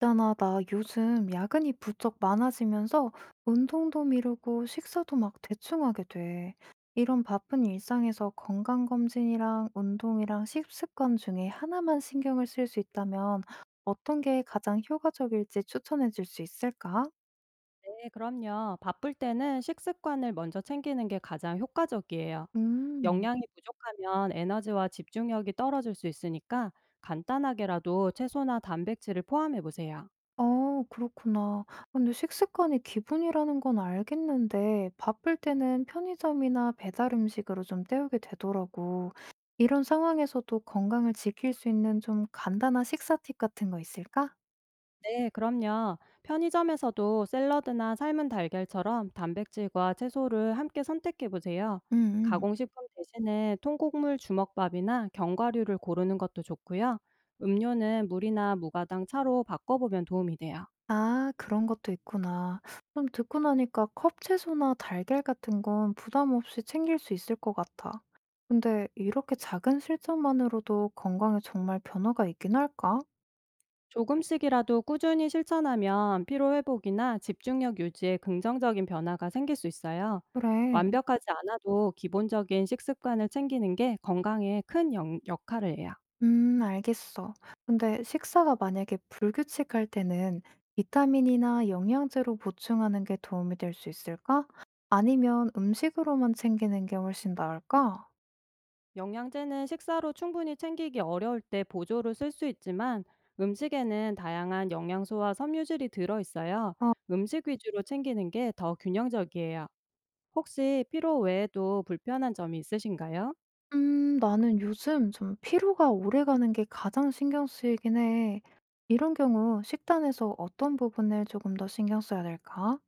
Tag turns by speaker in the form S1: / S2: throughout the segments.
S1: 있잖아, 나 요즘 야근이 부쩍 많아지면서 운동도 미루고 식사도 막 대충 하게 돼. 이런 바쁜 일상에서 건강검진이랑 운동이랑 식습관 중에 하나만 신경을 쓸 수 있다면 어떤 게 가장 효과적일지 추천해 줄 수 있을까?
S2: 네, 그럼요. 바쁠 때는 식습관을 먼저 챙기는 게 가장 효과적이에요.
S1: 음.
S2: 영양이 부족하면 에너지와 집중력이 떨어질 수 있으니까 간단하게라도 채소나 단백질을 포함해 보세요.
S1: 아 그렇구나. 근데 식습관이 기분이라는 건 알겠는데 바쁠 때는 편의점이나 배달 음식으로 좀 때우게 되더라고. 이런 상황에서도 건강을 지킬 수 있는 좀 간단한 식사 팁 같은 거 있을까?
S2: 네, 그럼요. 편의점에서도 샐러드나 삶은 달걀처럼 단백질과 채소를 함께 선택해 보세요.
S1: 음, 음.
S2: 가공식품 대신에 통곡물 주먹밥이나 견과류를 고르는 것도 좋고요. 음료는 물이나 무가당 차로 바꿔보면 도움이 돼요.
S1: 아, 그런 것도 있구나. 좀 듣고 나니까 컵 채소나 달걀 같은 건 부담 없이 챙길 수 있을 것 같아. 근데 이렇게 작은 실천만으로도 건강에 정말 변화가 있긴 할까?
S2: 조금씩이라도 꾸준히 실천하면 피로 회복이나 집중력 유지에 긍정적인 변화가 생길 수 있어요.
S1: 그래.
S2: 완벽하지 않아도 기본적인 식습관을 챙기는 게 건강에 큰 역할을 해요.
S1: 알겠어. 근데 식사가 만약에 불규칙할 때는 비타민이나 영양제로 보충하는 게 도움이 될 수 있을까? 아니면 음식으로만 챙기는 게 훨씬 나을까?
S2: 영양제는 식사로 충분히 챙기기 어려울 때 보조로 쓸 수 있지만 음식에는 다양한 영양소와 섬유질이 들어있어요.
S1: 아,
S2: 음식 위주로 챙기는 게 더 균형적이에요. 혹시 피로 외에도 불편한 점이 있으신가요?
S1: 나는 요즘 좀 피로가 오래 가는 게 가장 신경 쓰이긴 해. 이런 경우 식단에서 어떤 부분을 조금 더 신경 써야 될까?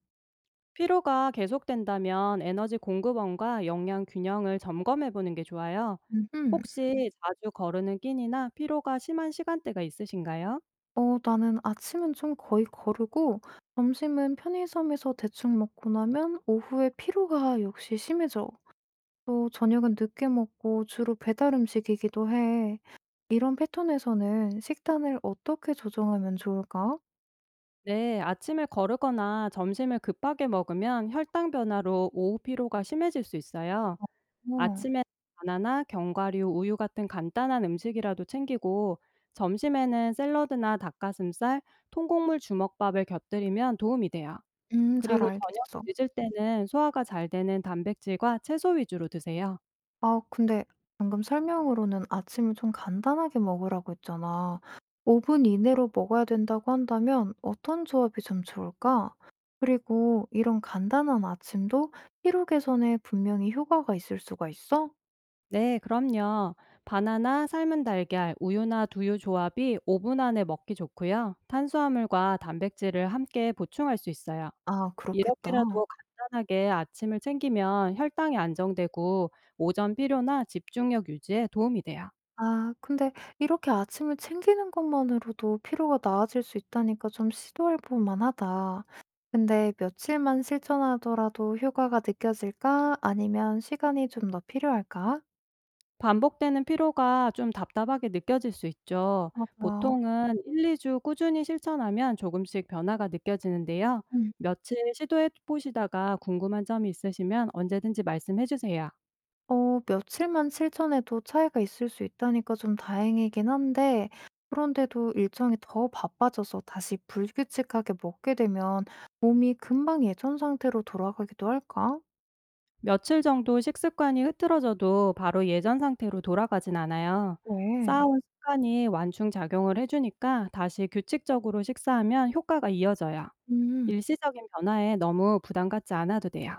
S2: 피로가 계속된다면 에너지 공급원과 영양 균형을 점검해 보는 게 좋아요. 음.
S1: 음.
S2: 혹시 자주 거르는 끼니나 피로가 심한 시간대가 있으신가요?
S1: 어 나는 아침은 좀 거의 거르고 점심은 편의점에서 대충 먹고 나면 오후에 피로가 역시 심해져. 또 저녁은 늦게 먹고 주로 배달 음식이기도 해. 이런 패턴에서는 식단을 어떻게 조정하면 좋을까?
S2: 네, 아침에 거르거나 점심을 급하게 먹으면 혈당 변화로 오후 피로가 심해질 수 있어요.
S1: 어,
S2: 아침에 바나나, 견과류, 우유 같은 간단한 음식이라도 챙기고 점심에는 샐러드나 닭가슴살, 통곡물 주먹밥을 곁들이면 도움이 돼요.
S1: 잘
S2: 그리고 저녁이
S1: 알겠어.
S2: 늦을 때는 소화가 잘 되는 단백질과 채소 위주로 드세요.
S1: 아 근데 방금 설명으로는 아침을 좀 간단하게 먹으라고 했잖아. 5분 이내로 먹어야 된다고 한다면 어떤 조합이 좀 좋을까? 그리고 이런 간단한 아침도 피로 개선에 분명히 효과가 있을 수가 있어?
S2: 네, 그럼요. 바나나, 삶은 달걀, 우유나 두유 조합이 5분 안에 먹기 좋고요. 탄수화물과 단백질을 함께 보충할 수 있어요.
S1: 아 그렇겠다.
S2: 이렇게라도 간단하게 아침을 챙기면 혈당이 안정되고 오전 피로나 집중력 유지에 도움이 돼요.
S1: 아 근데 이렇게 아침을 챙기는 것만으로도 피로가 나아질 수 있다니까 좀 시도해 볼 만하다. 근데 며칠만 실천하더라도 효과가 느껴질까? 아니면 시간이 좀 더 필요할까?
S2: 반복되는 피로가 좀 답답하게 느껴질 수 있죠.
S1: 맞아
S2: 보통은 1-2주 꾸준히 실천하면 조금씩 변화가 느껴지는데요.
S1: 음.
S2: 며칠 시도해 보시다가 궁금한 점이 있으시면 언제든지 말씀해 주세요.
S1: 어 며칠만 실천해도 차이가 있을 수 있다니까 좀 다행이긴 한데 그런데도 일정이 더 바빠져서 다시 불규칙하게 먹게 되면 몸이 금방 예전 상태로 돌아가기도 할까?
S2: 며칠 정도 식습관이 흐트러져도 바로 예전 상태로 돌아가진 않아요.
S1: 네.
S2: 쌓아온 습관이 완충작용을 해 주니까 다시 규칙적으로 식사하면 효과가 이어져요.
S1: 음.
S2: 일시적인 변화에 너무 부담 갖지 않아도 돼요.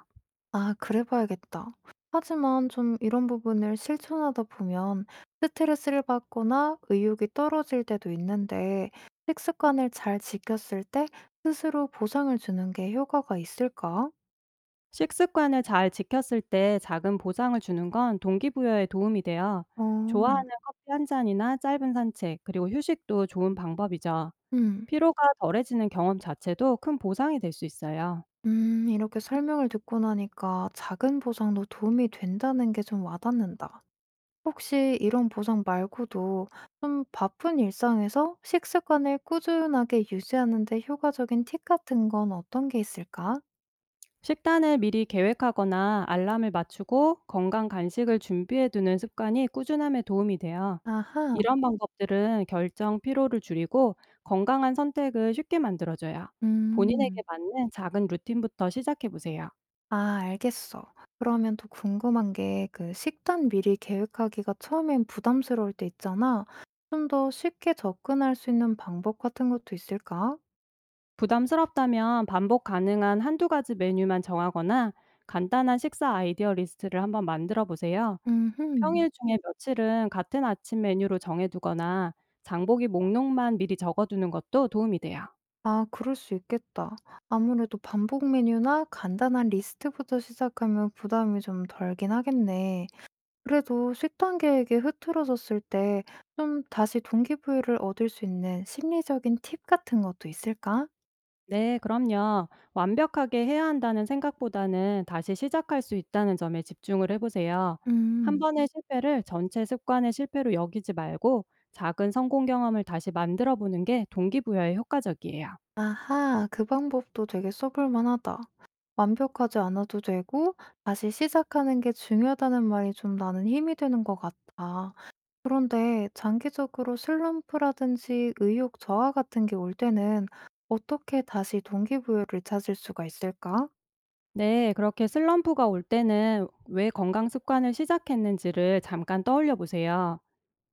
S1: 아 그래 봐야겠다. 하지만 좀 이런 부분을 실천하다 보면 스트레스를 받거나 의욕이 떨어질 때도 있는데 식습관을 잘 지켰을 때 스스로 보상을 주는 게 효과가 있을까?
S2: 식습관을 잘 지켰을 때 작은 보상을 주는 건 동기부여에 도움이 돼요.
S1: 어.
S2: 좋아하는 커피 한 잔이나 짧은 산책, 그리고 휴식도 좋은 방법이죠.
S1: 음.
S2: 피로가 덜해지는 경험 자체도 큰 보상이 될 수 있어요.
S1: 이렇게 설명을 듣고 나니까 작은 보상도 도움이 된다는 게 좀 와닿는다. 혹시 이런 보상 말고도 좀 바쁜 일상에서 식습관을 꾸준하게 유지하는 데 효과적인 팁 같은 건 어떤 게 있을까?
S2: 식단을 미리 계획하거나 알람을 맞추고 건강 간식을 준비해 두는 습관이 꾸준함에 도움이 돼요.
S1: 아하.
S2: 이런 방법들은 결정 피로를 줄이고 건강한 선택을 쉽게 만들어줘요. 본인에게
S1: 음.
S2: 맞는 작은 루틴부터 시작해 보세요.
S1: 아 알겠어. 그러면 또 궁금한 게 그 식단 미리 계획하기가 처음엔 부담스러울 때 있잖아. 좀 더 쉽게 접근할 수 있는 방법 같은 것도 있을까?
S2: 부담스럽다면 반복 가능한 한두 가지 메뉴만 정하거나 간단한 식사 아이디어 리스트를 한번 만들어 보세요.
S1: 음흠.
S2: 평일 중에 며칠은 같은 아침 메뉴로 정해 두거나 장보기 목록만 미리 적어 두는 것도 도움이 돼요.
S1: 아, 그럴 수 있겠다. 아무래도 반복 메뉴나 간단한 리스트부터 시작하면 부담이 좀 덜긴 하겠네. 그래도 식단 계획이 흐트러졌을 때 좀 다시 동기부여를 얻을 수 있는 심리적인 팁 같은 것도 있을까?
S2: 네, 그럼요. 완벽하게 해야 한다는 생각보다는 다시 시작할 수 있다는 점에 집중을 해 보세요. 한
S1: 음,
S2: 번의 실패를 전체 습관의 실패로 여기지 말고 작은 성공 경험을 다시 만들어 보는 게 동기부여에 효과적이에요.
S1: 아하, 그 방법도 되게 써볼 만하다. 완벽하지 않아도 되고 다시 시작하는 게 중요하다는 말이 좀 나는 힘이 되는 것 같아. 그런데 장기적으로 슬럼프라든지 의욕 저하 같은 게 올 때는 어떻게 다시 동기부여를 찾을 수가 있을까?
S2: 네, 그렇게 슬럼프가 올 때는 왜 건강 습관을 시작했는지를 잠깐 떠올려 보세요.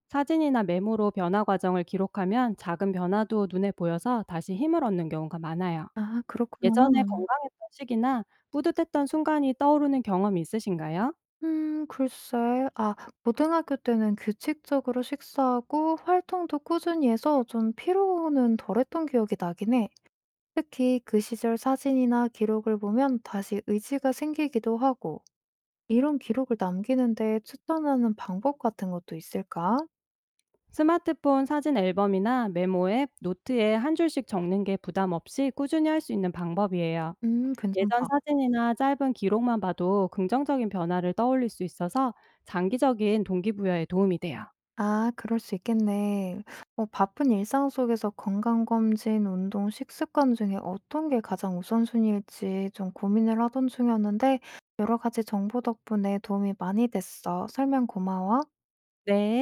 S2: 사진이나 메모로 변화 과정을 기록하면 작은 변화도 눈에 보여서 다시 힘을 얻는 경우가 많아요.
S1: 아, 그렇구나.
S2: 예전에 건강했던 시기나 뿌듯했던 순간이 떠오르는 경험이 있으신가요?
S1: 글쎄. 아, 고등학교 때는 규칙적으로 식사하고 활동도 꾸준히 해서 좀 피로는 덜했던 기억이 나긴 해. 특히 그 시절 사진이나 기록을 보면 다시 의지가 생기기도 하고, 이런 기록을 남기는데 추천하는 방법 같은 것도 있을까?
S2: 스마트폰 사진 앨범이나 메모 앱, 노트에 한 줄씩 적는 게 부담 없이 꾸준히 할 수 있는 방법이에요. 예전
S1: 괜찮다.
S2: 사진이나 짧은 기록만 봐도 긍정적인 변화를 떠올릴 수 있어서 장기적인 동기부여에 도움이 돼요.
S1: 아 그럴 수 있겠네. 어 바쁜 일상 속에서 건강 검진, 운동, 식습관 중에 어떤 게 가장 우선순위일지 좀 고민을 하던 중이었는데 여러 가지 정보 덕분에 도움이 많이 됐어. 설명 고마워.
S2: 네.